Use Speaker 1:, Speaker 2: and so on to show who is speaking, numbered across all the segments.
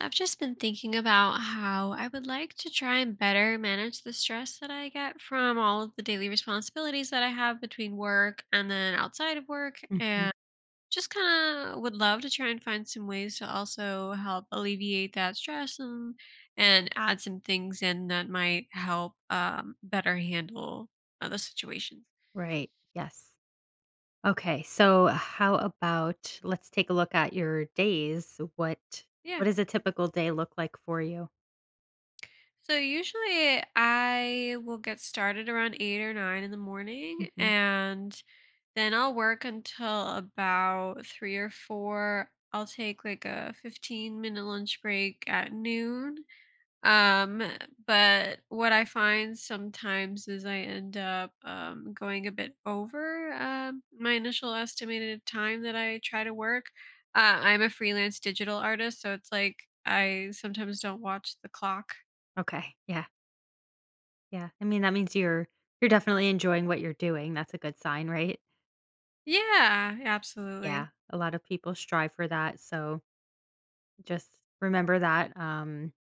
Speaker 1: I've just been thinking about how I would like to try and better manage the stress that I get from all of the daily responsibilities that I have between work and then outside of work.
Speaker 2: Mhm.
Speaker 1: And just kind of would love to try and find some ways to also help alleviate that stress and add some things in that might help better handle the situation.
Speaker 2: Right. Yes. Okay. So how about let's take a look at your days. What
Speaker 1: Yeah.
Speaker 2: does a typical day look like for you?
Speaker 1: So usually I will get started around 8 or 9 in the morning
Speaker 2: Hmm.
Speaker 1: and then I'll work until about 3 or 4. I'll take, like, a 15-minute lunch break at noon. um, but what I find sometimes is I end up, going a bit over, my initial estimated time that I try to work. I'm a freelance digital artist, so it's like I sometimes don't watch the clock.
Speaker 2: Okay. Yeah. Yeah. I mean, that means you're definitely enjoying what you're doing. That's a good sign, right?
Speaker 1: Yeah,
Speaker 2: Yeah.
Speaker 1: absolutely.
Speaker 2: A lot of people strive for that. So just remember that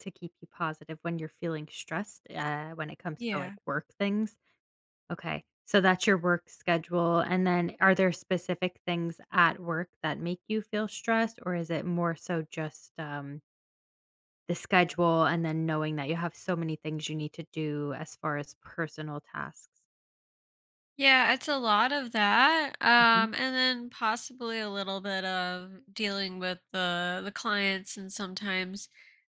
Speaker 2: to keep you positive when you're feeling stressed when it comes to like
Speaker 1: Yeah.
Speaker 2: work things. Okay. So that's your work schedule. And then are there specific things at work that make you feel stressed, or is it more so just the schedule and then knowing that you have so many things you need to do as far as personal tasks?
Speaker 1: Yeah, it's a lot of that.
Speaker 2: Hmm.
Speaker 1: And then possibly a little bit of dealing with the clients, and sometimes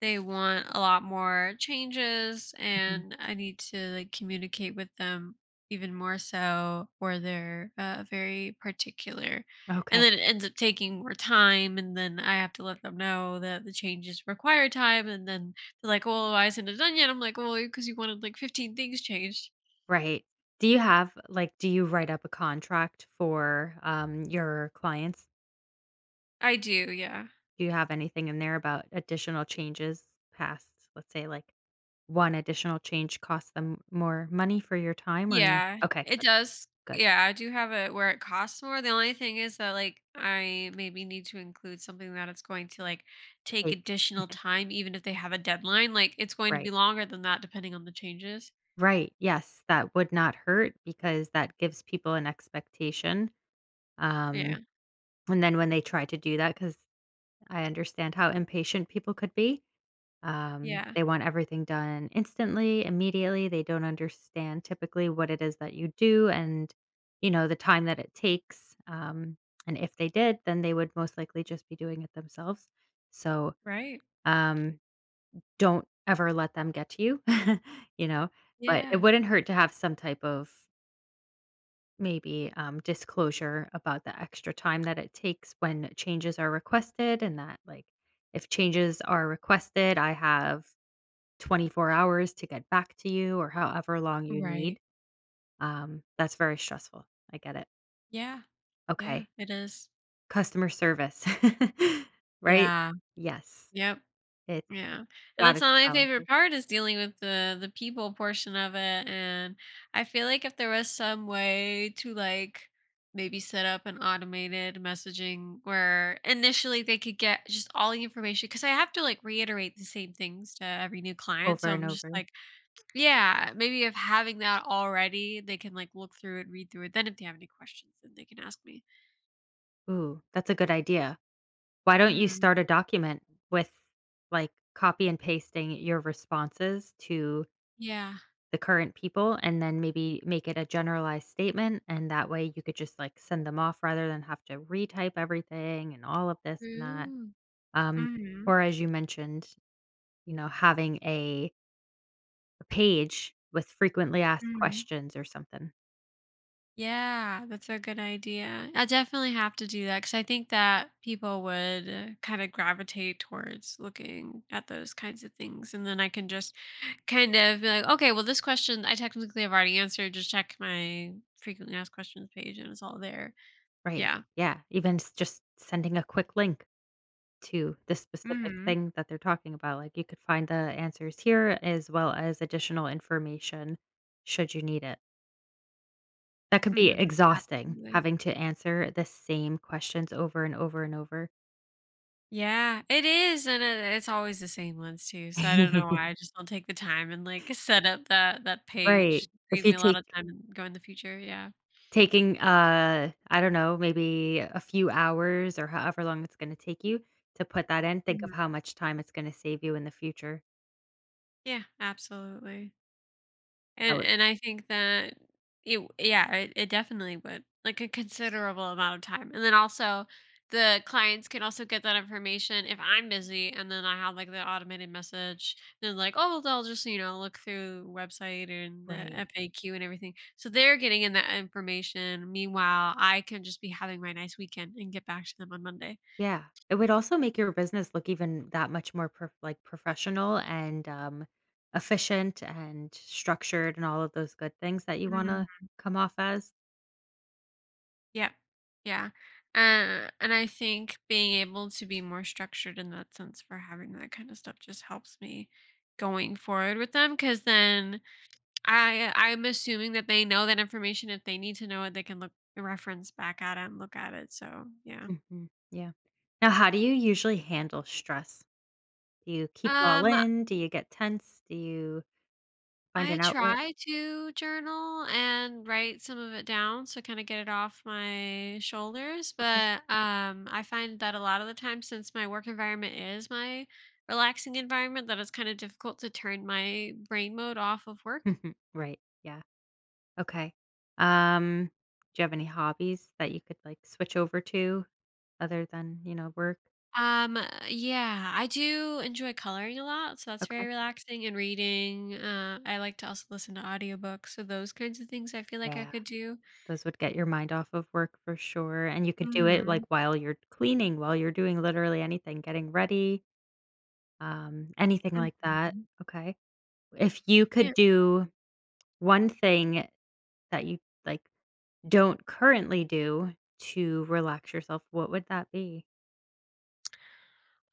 Speaker 1: they want a lot more changes
Speaker 2: Hmm.
Speaker 1: and I need to like communicate with them even more so, or they're very particular. And
Speaker 2: Okay.
Speaker 1: then it ends up taking more time, and then I have to let them know that the changes require time. And then they're like, "Well, why isn't it done yet?" I'm like, "Well, because you wanted like 15 things changed."
Speaker 2: Right. Do you have, like, do you write up a contract for your clients?
Speaker 1: I do, yeah.
Speaker 2: Do you have anything in there about additional changes past, let's say, like, 1 additional change costs them more money for your time or no?
Speaker 1: Yeah,
Speaker 2: Okay,
Speaker 1: it
Speaker 2: good,
Speaker 1: does.
Speaker 2: good.
Speaker 1: Yeah, I do have it where it costs more. The only thing is that like I maybe need to include something that it's going to like take
Speaker 2: Take
Speaker 1: additional time even if they have a deadline. Like it's going to be
Speaker 2: Right.
Speaker 1: longer than that depending on the changes.
Speaker 2: Right, yes, that would not hurt because that gives people an expectation, um,
Speaker 1: Yeah.
Speaker 2: and then when they try to do that, because I understand how impatient people could be.
Speaker 1: Yeah.
Speaker 2: They want everything done instantly, immediately. They don't understand typically what it is that you do and, the time that it takes. And if they did, then they would most likely just be doing it themselves. So
Speaker 1: Right.
Speaker 2: um, don't ever let them get to you, you know, but it
Speaker 1: Yeah.
Speaker 2: wouldn't hurt to have some type of maybe disclosure about the extra time that it takes when changes are requested and that like if changes are requested I have 24 hours to get back to you or however long you need.
Speaker 1: Right.
Speaker 2: That's very stressful. I get it.
Speaker 1: Yeah. Yeah.
Speaker 2: Okay.
Speaker 1: It is.
Speaker 2: Customer service. Right?
Speaker 1: Yeah.
Speaker 2: Yes.
Speaker 1: Yep.
Speaker 2: It's
Speaker 1: Yeah, and
Speaker 2: got
Speaker 1: that's
Speaker 2: its
Speaker 1: not my favorite
Speaker 2: challenges
Speaker 1: part is dealing with the people portion of it. And I feel like if there was some way to like maybe set up an automated messaging where initially they could get just all the information, because I have to like reiterate the same things to every new client.
Speaker 2: over
Speaker 1: So
Speaker 2: and
Speaker 1: I'm just
Speaker 2: over.
Speaker 1: like, yeah, maybe if having that already, they can like look through it, read through it. Then if they have any questions, then they can ask me.
Speaker 2: Ooh, that's a good idea. Why don't you
Speaker 1: Mm.
Speaker 2: start a document with like copy and pasting your responses to
Speaker 1: Yeah.
Speaker 2: the current people and then maybe make it a generalized statement and that way you could just like send them off rather than have to retype everything and all of this and that.
Speaker 1: True.
Speaker 2: Um,
Speaker 1: Mm-hmm.
Speaker 2: or as you mentioned, having a page with frequently asked questions or something.
Speaker 1: Yeah, that's a good idea. I definitely have to do that because I think that people would kind of gravitate towards looking at those kinds of things. And then I can just kind of be like, okay, well, this question I technically have already answered. Just check my frequently asked questions page and it's all there.
Speaker 2: Right.
Speaker 1: Yeah.
Speaker 2: Yeah. Even just sending a quick link to the specific
Speaker 1: Mm
Speaker 2: thing that they're talking about. Like you could find the answers here as well as additional information should you need it. That could
Speaker 1: hmm.
Speaker 2: be
Speaker 1: Mm hmm.
Speaker 2: exhausting
Speaker 1: Absolutely.
Speaker 2: having to answer the same questions over and over and over.
Speaker 1: Yeah, it is, and it's always the same ones too. So I don't know why I just don't take the time and like set up that
Speaker 2: Right.
Speaker 1: page.
Speaker 2: If
Speaker 1: Save
Speaker 2: you
Speaker 1: me a lot
Speaker 2: take
Speaker 1: of time and go in the future. Yeah.
Speaker 2: Taking, I don't know, maybe a few hours or however long it's gonna take you to put that in, think of how much time it's gonna save you in the future.
Speaker 1: Yeah, absolutely.
Speaker 2: That would
Speaker 1: And I think that it definitely would. Like a considerable amount of time. And then also the clients can also get that information if I'm busy, and then I have like the automated message. Then like, oh, they'll just, you know, look through website and the
Speaker 2: Right.
Speaker 1: FAQ and everything. So they're getting in that information. Meanwhile, I can just be having my nice weekend and get back to them on Monday.
Speaker 2: Yeah. It would also make your business look even that much more professional and, efficient and structured and all of those good things that you wanna come off as.
Speaker 1: Yeah. Yeah. And I think being able to be more structured in that sense for having that kind of stuff just helps me going forward with them. Because then I'm assuming that they know that information. If they need to know it, they can look reference back at it and look at it. So yeah.
Speaker 2: Mhm. Yeah. Now how do you usually handle stress? Do you keep it all
Speaker 1: um
Speaker 2: in? Do you get tense? Do you find
Speaker 1: I
Speaker 2: an outlet?
Speaker 1: try to journal and write some of it down so kind of get it off my shoulders.
Speaker 2: Okay.
Speaker 1: But I find that a lot of the time since my work environment is my relaxing environment, that it's kind of difficult to turn my brain mode off of work.
Speaker 2: Right. Yeah. Okay. Um, do you have any hobbies that you could like switch over to other than, work?
Speaker 1: Yeah, I do enjoy coloring a lot, so that's very
Speaker 2: Okay.
Speaker 1: relaxing, and reading. I like to also listen to audiobooks, so those kinds of things I feel like I
Speaker 2: Yeah.
Speaker 1: could do.
Speaker 2: Those would get your mind off of work for sure. And you could do it like
Speaker 1: Mhm.
Speaker 2: while you're cleaning, while you're doing literally anything, getting ready, anything like that.
Speaker 1: Mhm.
Speaker 2: Okay. If you could
Speaker 1: Yeah.
Speaker 2: do one thing that you like don't currently do to relax yourself, what would that be?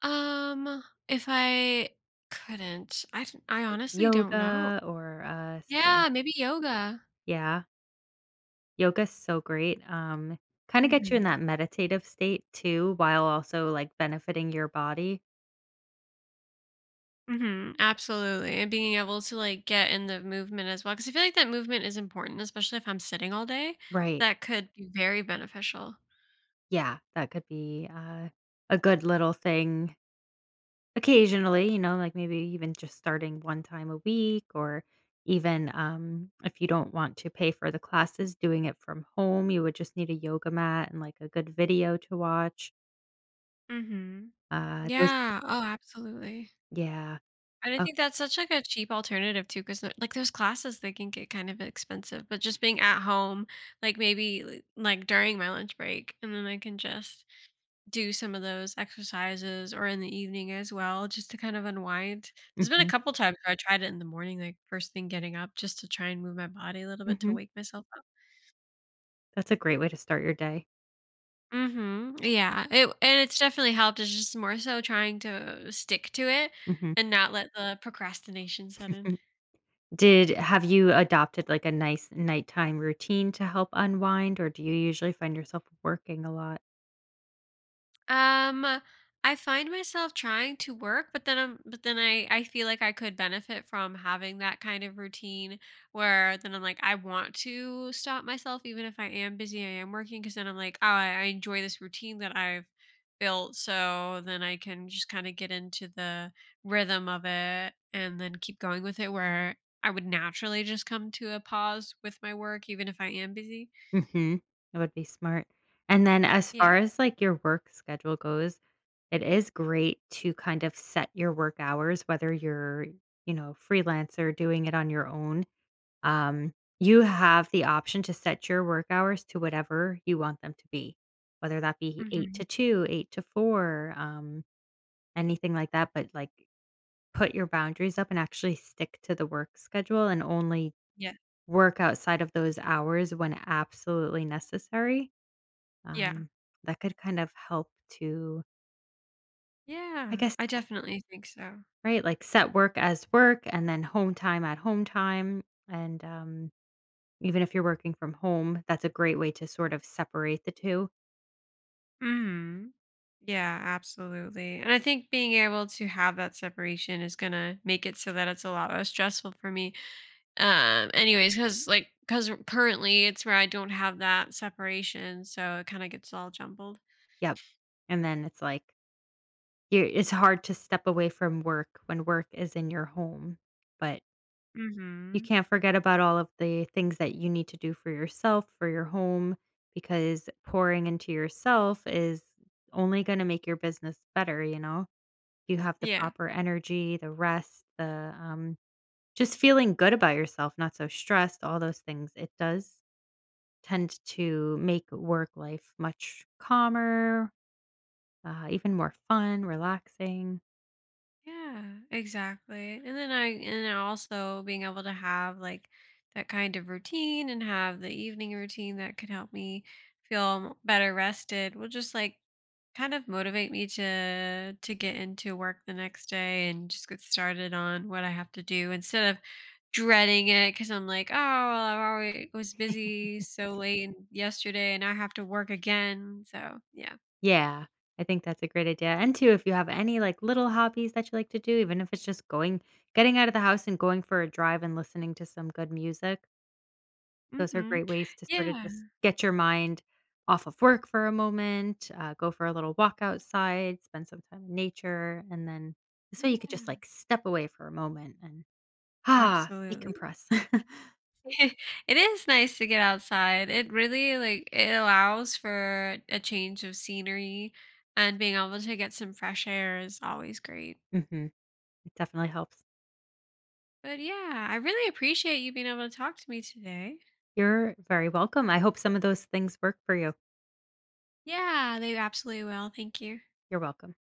Speaker 1: Um, if I couldn't, I honestly don't know.
Speaker 2: Yoga or
Speaker 1: Yeah, maybe yoga.
Speaker 2: yeah. Yoga's so great, kinda get you in that
Speaker 1: Mhm.
Speaker 2: meditative state too, while also, like, benefiting your body.
Speaker 1: Mhm, absolutely. And being able to, like, get in the movement as well, because I feel like that movement is important, especially if I'm sitting all day.
Speaker 2: Right,
Speaker 1: That could be very beneficial.
Speaker 2: yeah, that could be, a good little thing occasionally, like, maybe even just starting 1 time a week or even, if you don't want to pay for the classes, doing it from home, you would just need a yoga mat and, like, a good video to watch.
Speaker 1: Mhm.
Speaker 2: Those
Speaker 1: Yeah, oh, absolutely.
Speaker 2: Yeah.
Speaker 1: And I
Speaker 2: Oh,
Speaker 1: think that's such, like, a cheap alternative too, because like, those classes, they can get kind of expensive, but just being at home, like, maybe, like, during my lunch break, and then I can just do some of those exercises or in the evening as well just to kind of unwind. There's been a
Speaker 2: mhm,
Speaker 1: couple times where I tried it in the morning, like first thing getting up just to try and move my body a little bit to
Speaker 2: mhm.
Speaker 1: wake myself up.
Speaker 2: That's a great way to start your day.
Speaker 1: Mhm. Yeah. It And it's definitely helped. It's just more so trying to stick to it
Speaker 2: Mhm.
Speaker 1: and not let the procrastination set in.
Speaker 2: Did Have you adopted, like, a nice nighttime routine to help unwind, or do you usually find yourself working a lot?
Speaker 1: Um, I find myself trying to work, but then I feel like I could benefit from having that kind of routine, where then I'm like I want to stop myself even if I am busy, I am working. Because then I'm like, oh I enjoy this routine that I've built. So then I can just kind of get into the rhythm of it and then keep going with it, where I would naturally just come to a pause with my work even if I am busy.
Speaker 2: Mhm. That would be smart. And then as
Speaker 1: Yeah.
Speaker 2: far as, like, your work schedule goes, it is great to kind of set your work hours, whether you're, freelancer doing it on your own. Um, you have the option to set your work hours to whatever you want them to be, whether that be 8
Speaker 1: Hmm.
Speaker 2: to 2, 8 to 4, anything like that, but, like put your boundaries up and actually stick to the work schedule and only
Speaker 1: Yeah.
Speaker 2: work outside of those hours when absolutely necessary.
Speaker 1: Yeah.
Speaker 2: Um, that could kind of help to, I
Speaker 1: Yeah,
Speaker 2: guess,
Speaker 1: I definitely think so.
Speaker 2: right? Like set work as work and then home time at home time. And even if you're working from home, that's a great way to sort of separate the two.
Speaker 1: Mhm. Yeah, absolutely. And I think being able to have that separation is gonna make it so that it's a lot less stressful for me. Anyways, because because currently it's where I don't have that separation, so it kind of gets all jumbled.
Speaker 2: Yep. And then it's like, you it's hard to step away from work when work is in your home. But you
Speaker 1: Mm-hmm.
Speaker 2: can't forget about all of the things that you need to do for yourself, for your home, because pouring into yourself is only gonna make your business better, you know? You have the
Speaker 1: Yeah.
Speaker 2: proper energy, the rest, the, just feeling good about yourself, not so stressed, all those things. It does tend to make work life much calmer, even more fun, relaxing.
Speaker 1: Yeah, exactly. And then also being able to have like that kind of routine and have the evening routine that could help me feel better rested will just like kind of motivate me to get into work the next day and just get started on what I have to do instead of dreading it because I'm like, oh, well, I already was busy so late and yesterday, and I have to work again. So yeah,
Speaker 2: Yeah, I think that's a great idea, and too, if you have any, like, little hobbies that you like to do, even if it's just going getting out of the house and going for a drive and listening to some good music. Those are
Speaker 1: mm-hmm.
Speaker 2: great ways to sort of
Speaker 1: Yeah,
Speaker 2: just get your mind off of work for a moment, go for a little walk outside, spend some time in nature, and then this way you could
Speaker 1: yeah,
Speaker 2: just like step away for a moment and
Speaker 1: absolutely.
Speaker 2: decompress.
Speaker 1: It is nice to get outside. It really like it allows for a change of scenery, and being able to get some fresh air is always great.
Speaker 2: Mhm. It definitely helps.
Speaker 1: But yeah, I really appreciate you being able to talk to me today.
Speaker 2: You're very welcome. I hope some of those things work for you.
Speaker 1: Yeah, they absolutely will. Thank you.
Speaker 2: You're welcome.